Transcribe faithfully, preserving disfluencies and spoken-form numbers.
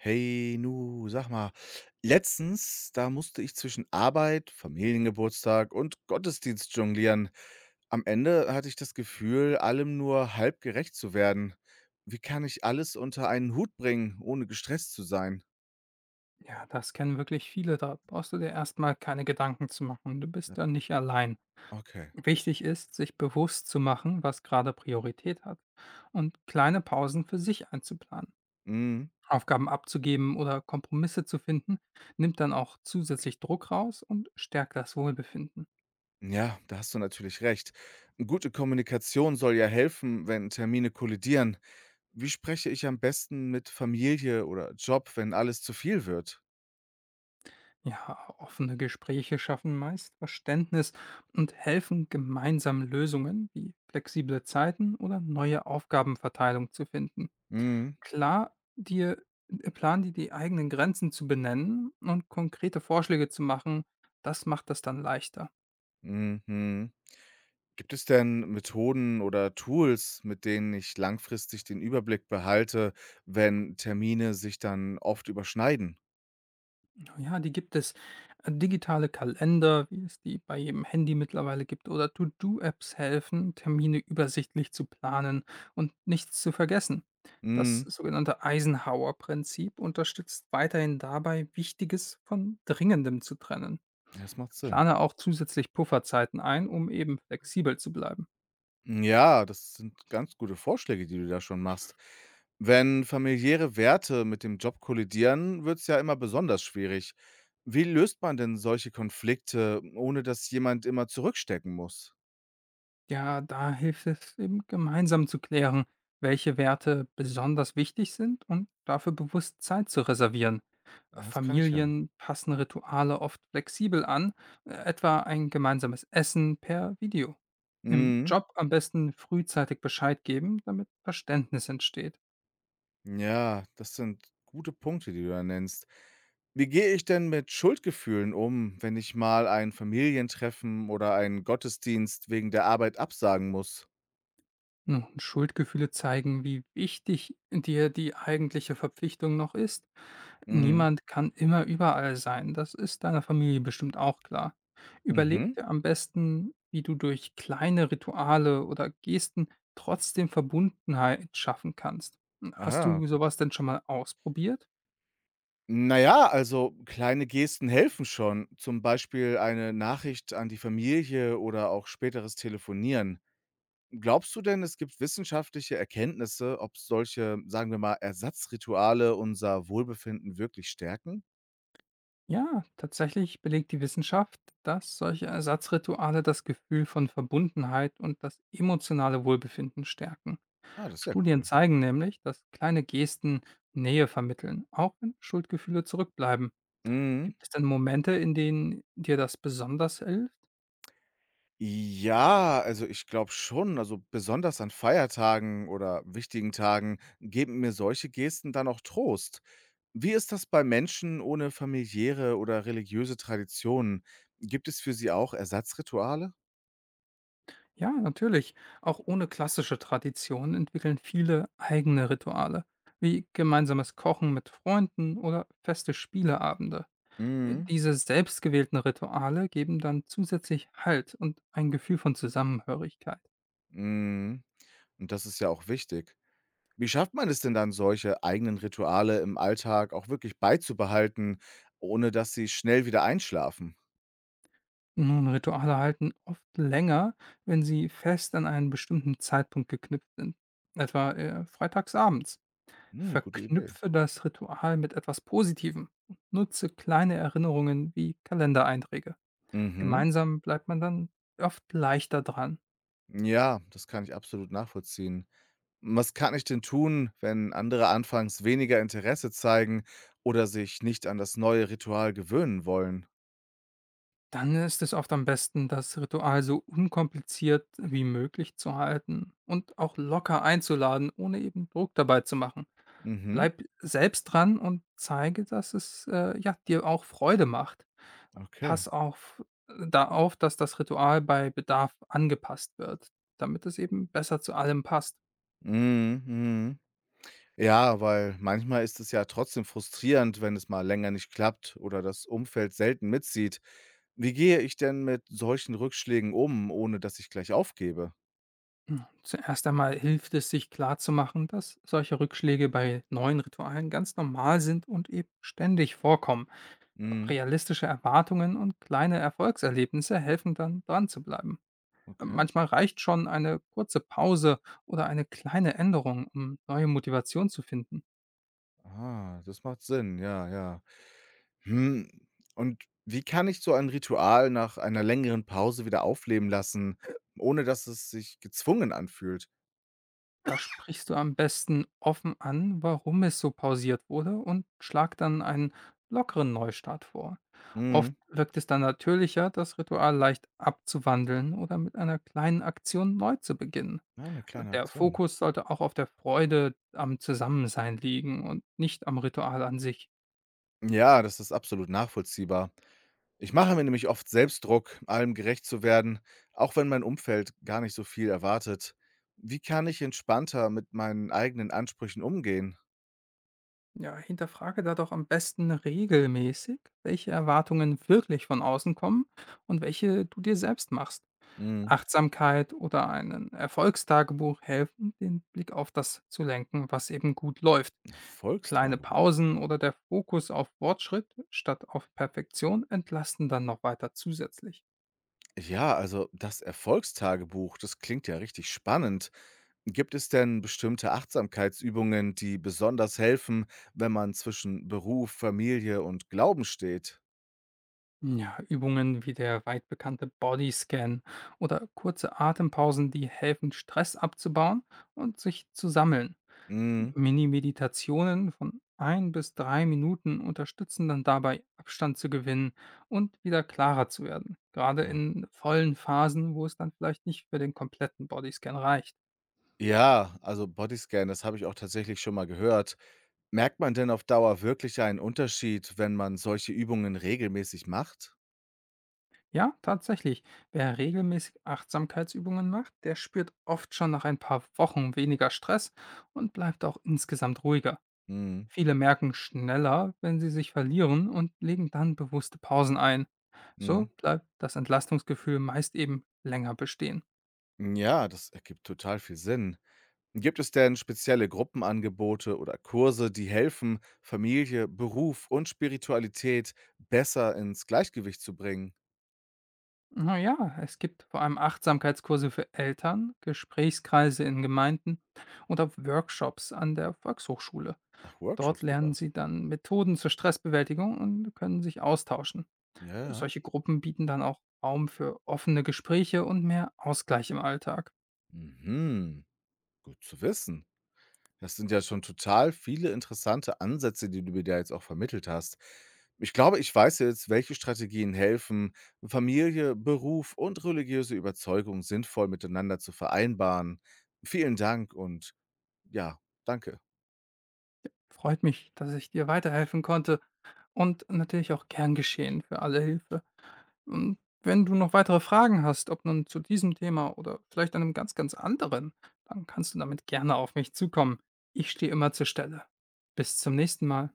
Hey, nu, sag mal, letztens, da musste ich zwischen Arbeit, Familiengeburtstag und Gottesdienst jonglieren. Am Ende hatte ich das Gefühl, allem nur halb gerecht zu werden. Wie kann ich alles unter einen Hut bringen, ohne gestresst zu sein? Ja, das kennen wirklich viele. Da brauchst du dir erstmal keine Gedanken zu machen. Du bist Ja, da nicht allein. okay. Wichtig ist, sich bewusst zu machen, was gerade Priorität hat und kleine Pausen für sich einzuplanen. Mhm. Aufgaben abzugeben oder Kompromisse zu finden, nimmt dann auch zusätzlich Druck raus und stärkt das Wohlbefinden. Ja, da hast du natürlich recht. Gute Kommunikation soll ja helfen, wenn Termine kollidieren. Wie spreche ich am besten mit Familie oder Job, wenn alles zu viel wird? Ja, offene Gespräche schaffen meist Verständnis und helfen, gemeinsam Lösungen wie flexible Zeiten oder neue Aufgabenverteilung zu finden. Mhm. Klar, dir äh, plan dir die eigenen Grenzen zu benennen und konkrete Vorschläge zu machen, das macht das dann leichter. Mhm. Gibt es denn Methoden oder Tools, mit denen ich langfristig den Überblick behalte, wenn Termine sich dann oft überschneiden? Ja, die gibt es. Äh, Digitale Kalender, wie es die bei jedem Handy mittlerweile gibt, oder To-Do-Apps helfen, Termine übersichtlich zu planen und nichts zu vergessen. Das Mhm. sogenannte Eisenhower-Prinzip unterstützt weiterhin dabei, Wichtiges von Dringendem zu trennen. Ja, das macht Sinn. Plane auch zusätzlich Pufferzeiten ein, um eben flexibel zu bleiben. Ja, das sind ganz gute Vorschläge, die du da schon machst. Wenn familiäre Werte mit dem Job kollidieren, wird es ja immer besonders schwierig. Wie löst man denn solche Konflikte, ohne dass jemand immer zurückstecken muss? Ja, da hilft es eben gemeinsam zu klären, welche Werte besonders wichtig sind und dafür bewusst Zeit zu reservieren. Ja, das kann ich Familien passen Rituale oft flexibel an, äh, etwa ein gemeinsames Essen per Video. Im hin. Job am besten frühzeitig Bescheid geben, damit Verständnis entsteht. Ja, das sind gute Punkte, die du da nennst. Wie gehe ich denn mit Schuldgefühlen um, wenn ich mal ein Familientreffen oder einen Gottesdienst wegen der Arbeit absagen muss? Nun, Schuldgefühle zeigen, wie wichtig dir die eigentliche Verpflichtung noch ist. Mhm. Niemand kann immer überall sein, das ist deiner Familie bestimmt auch klar. Überleg Mhm. dir am besten, wie du durch kleine Rituale oder Gesten trotzdem Verbundenheit schaffen kannst. Hast Aha, du okay. sowas denn schon mal ausprobiert? Naja, also kleine Gesten helfen schon. Zum Beispiel eine Nachricht an die Familie oder auch späteres Telefonieren. Glaubst du denn, es gibt wissenschaftliche Erkenntnisse, ob solche, sagen wir mal, Ersatzrituale unser Wohlbefinden wirklich stärken? Ja, tatsächlich belegt die Wissenschaft, dass solche Ersatzrituale das Gefühl von Verbundenheit und das emotionale Wohlbefinden stärken. Ah, das ist ja Studien cool. zeigen nämlich, dass kleine Gesten Nähe vermitteln, auch wenn Schuldgefühle zurückbleiben. Mhm. Gibt es denn Momente, in denen dir das besonders hilft? Ja, also ich glaube schon, also besonders an Feiertagen oder wichtigen Tagen geben mir solche Gesten dann auch Trost. Wie ist das bei Menschen ohne familiäre oder religiöse Traditionen? Gibt es für sie auch Ersatzrituale? Ja, natürlich. Auch ohne klassische Traditionen entwickeln viele eigene Rituale, wie gemeinsames Kochen mit Freunden oder feste Spieleabende. Mhm. Diese selbstgewählten Rituale geben dann zusätzlich Halt und ein Gefühl von Zusammenhörigkeit. Mhm. Und das ist ja auch wichtig. Wie schafft man es denn dann, solche eigenen Rituale im Alltag auch wirklich beizubehalten, ohne dass sie schnell wieder einschlafen? Nun, Rituale halten oft länger, wenn sie fest an einen bestimmten Zeitpunkt geknüpft sind. Etwa äh, freitagsabends. Mhm, gute Idee. Verknüpfe das Ritual mit etwas Positivem und nutze kleine Erinnerungen wie Kalendereinträge. Mhm. Gemeinsam bleibt man dann oft leichter dran. Ja, das kann ich absolut nachvollziehen. Was kann ich denn tun, wenn andere anfangs weniger Interesse zeigen oder sich nicht an das neue Ritual gewöhnen wollen? Dann ist es oft am besten, das Ritual so unkompliziert wie möglich zu halten und auch locker einzuladen, ohne eben Druck dabei zu machen. Mhm, Bleib selbst dran und zeige, dass es, äh, ja, dir auch Freude macht. okay. Pass auf äh, da auf, dass das Ritual bei Bedarf angepasst wird, damit es eben besser zu allem passt. Mhm, mhm. Ja, weil manchmal ist es ja trotzdem frustrierend, wenn es mal länger nicht klappt oder das Umfeld selten mitzieht. Wie gehe ich denn mit solchen Rückschlägen um, ohne dass ich gleich aufgebe? Hm, zuerst einmal hilft es, sich klarzumachen, dass solche Rückschläge bei neuen Ritualen ganz normal sind und eben ständig vorkommen. Mhm, Realistische Erwartungen und kleine Erfolgserlebnisse helfen dann, dran zu bleiben. okay. Manchmal reicht schon eine kurze Pause oder eine kleine Änderung, um neue Motivation zu finden. Ah, das macht Sinn. Ja, ja. Hm, und wie kann ich so ein Ritual nach einer längeren Pause wieder aufleben lassen, ohne dass es sich gezwungen anfühlt? Da sprichst du am besten offen an, warum es so pausiert wurde und schlag dann einen lockeren Neustart vor. Oft Mhm. wirkt es dann natürlicher, das Ritual leicht abzuwandeln oder mit einer kleinen Aktion neu zu beginnen. Ja, 'ne kleine Der Aktion. Fokus sollte auch auf der Freude am Zusammensein liegen und nicht am Ritual an sich. Ja, das ist absolut nachvollziehbar. Ich mache mir nämlich oft selbst Druck, allem gerecht zu werden, auch wenn mein Umfeld gar nicht so viel erwartet. Wie kann ich entspannter mit meinen eigenen Ansprüchen umgehen? Ja, hinterfrage da doch am besten regelmäßig, welche Erwartungen wirklich von außen kommen und welche du dir selbst machst. Mhm, Achtsamkeit oder ein Erfolgstagebuch helfen, den Blick auf das zu lenken, was eben gut läuft. Kleine Erfolgstagebuch. Pausen oder der Fokus auf Fortschritt statt auf Perfektion entlasten dann noch weiter zusätzlich. Ja, also das Erfolgstagebuch, das klingt ja richtig spannend. Gibt es denn bestimmte Achtsamkeitsübungen, die besonders helfen, wenn man zwischen Beruf, Familie und Glauben steht? Ja, Übungen wie der weit bekannte Bodyscan oder kurze Atempausen, die helfen, Stress abzubauen und sich zu sammeln. Mhm. Mini-Meditationen von ein bis drei Minuten unterstützen dann dabei, Abstand zu gewinnen und wieder klarer zu werden. Gerade Ja. in vollen Phasen, wo es dann vielleicht nicht für den kompletten Bodyscan reicht. Ja, also Bodyscan, das habe ich auch tatsächlich schon mal gehört. Merkt man denn auf Dauer wirklich einen Unterschied, wenn man solche Übungen regelmäßig macht? Ja, tatsächlich. Wer regelmäßig Achtsamkeitsübungen macht, der spürt oft schon nach ein paar Wochen weniger Stress und bleibt auch insgesamt ruhiger. Mhm. Viele merken schneller, wenn sie sich verlieren und legen dann bewusste Pausen ein. So Mhm. bleibt das Entlastungsgefühl meist eben länger bestehen. Ja, das ergibt total viel Sinn. Gibt es denn spezielle Gruppenangebote oder Kurse, die helfen, Familie, Beruf und Spiritualität besser ins Gleichgewicht zu bringen? Naja, es gibt vor allem Achtsamkeitskurse für Eltern, Gesprächskreise in Gemeinden und auch Workshops an der Volkshochschule. Ach, Dort Workshops lernen sogar. sie dann Methoden zur Stressbewältigung und können sich austauschen. Ja, ja. Solche Gruppen bieten dann auch Raum für offene Gespräche und mehr Ausgleich im Alltag. Mhm. Gut zu wissen. Das sind ja schon total viele interessante Ansätze, die du mir da jetzt auch vermittelt hast. Ich glaube, ich weiß jetzt, welche Strategien helfen, Familie, Beruf und religiöse Überzeugung sinnvoll miteinander zu vereinbaren. Vielen Dank und ja, danke. Freut mich, dass ich dir weiterhelfen konnte und natürlich auch gern geschehen für alle Hilfe. Und wenn du noch weitere Fragen hast, ob nun zu diesem Thema oder vielleicht einem ganz, ganz anderen, dann kannst du damit gerne auf mich zukommen. Ich stehe immer zur Stelle. Bis zum nächsten Mal.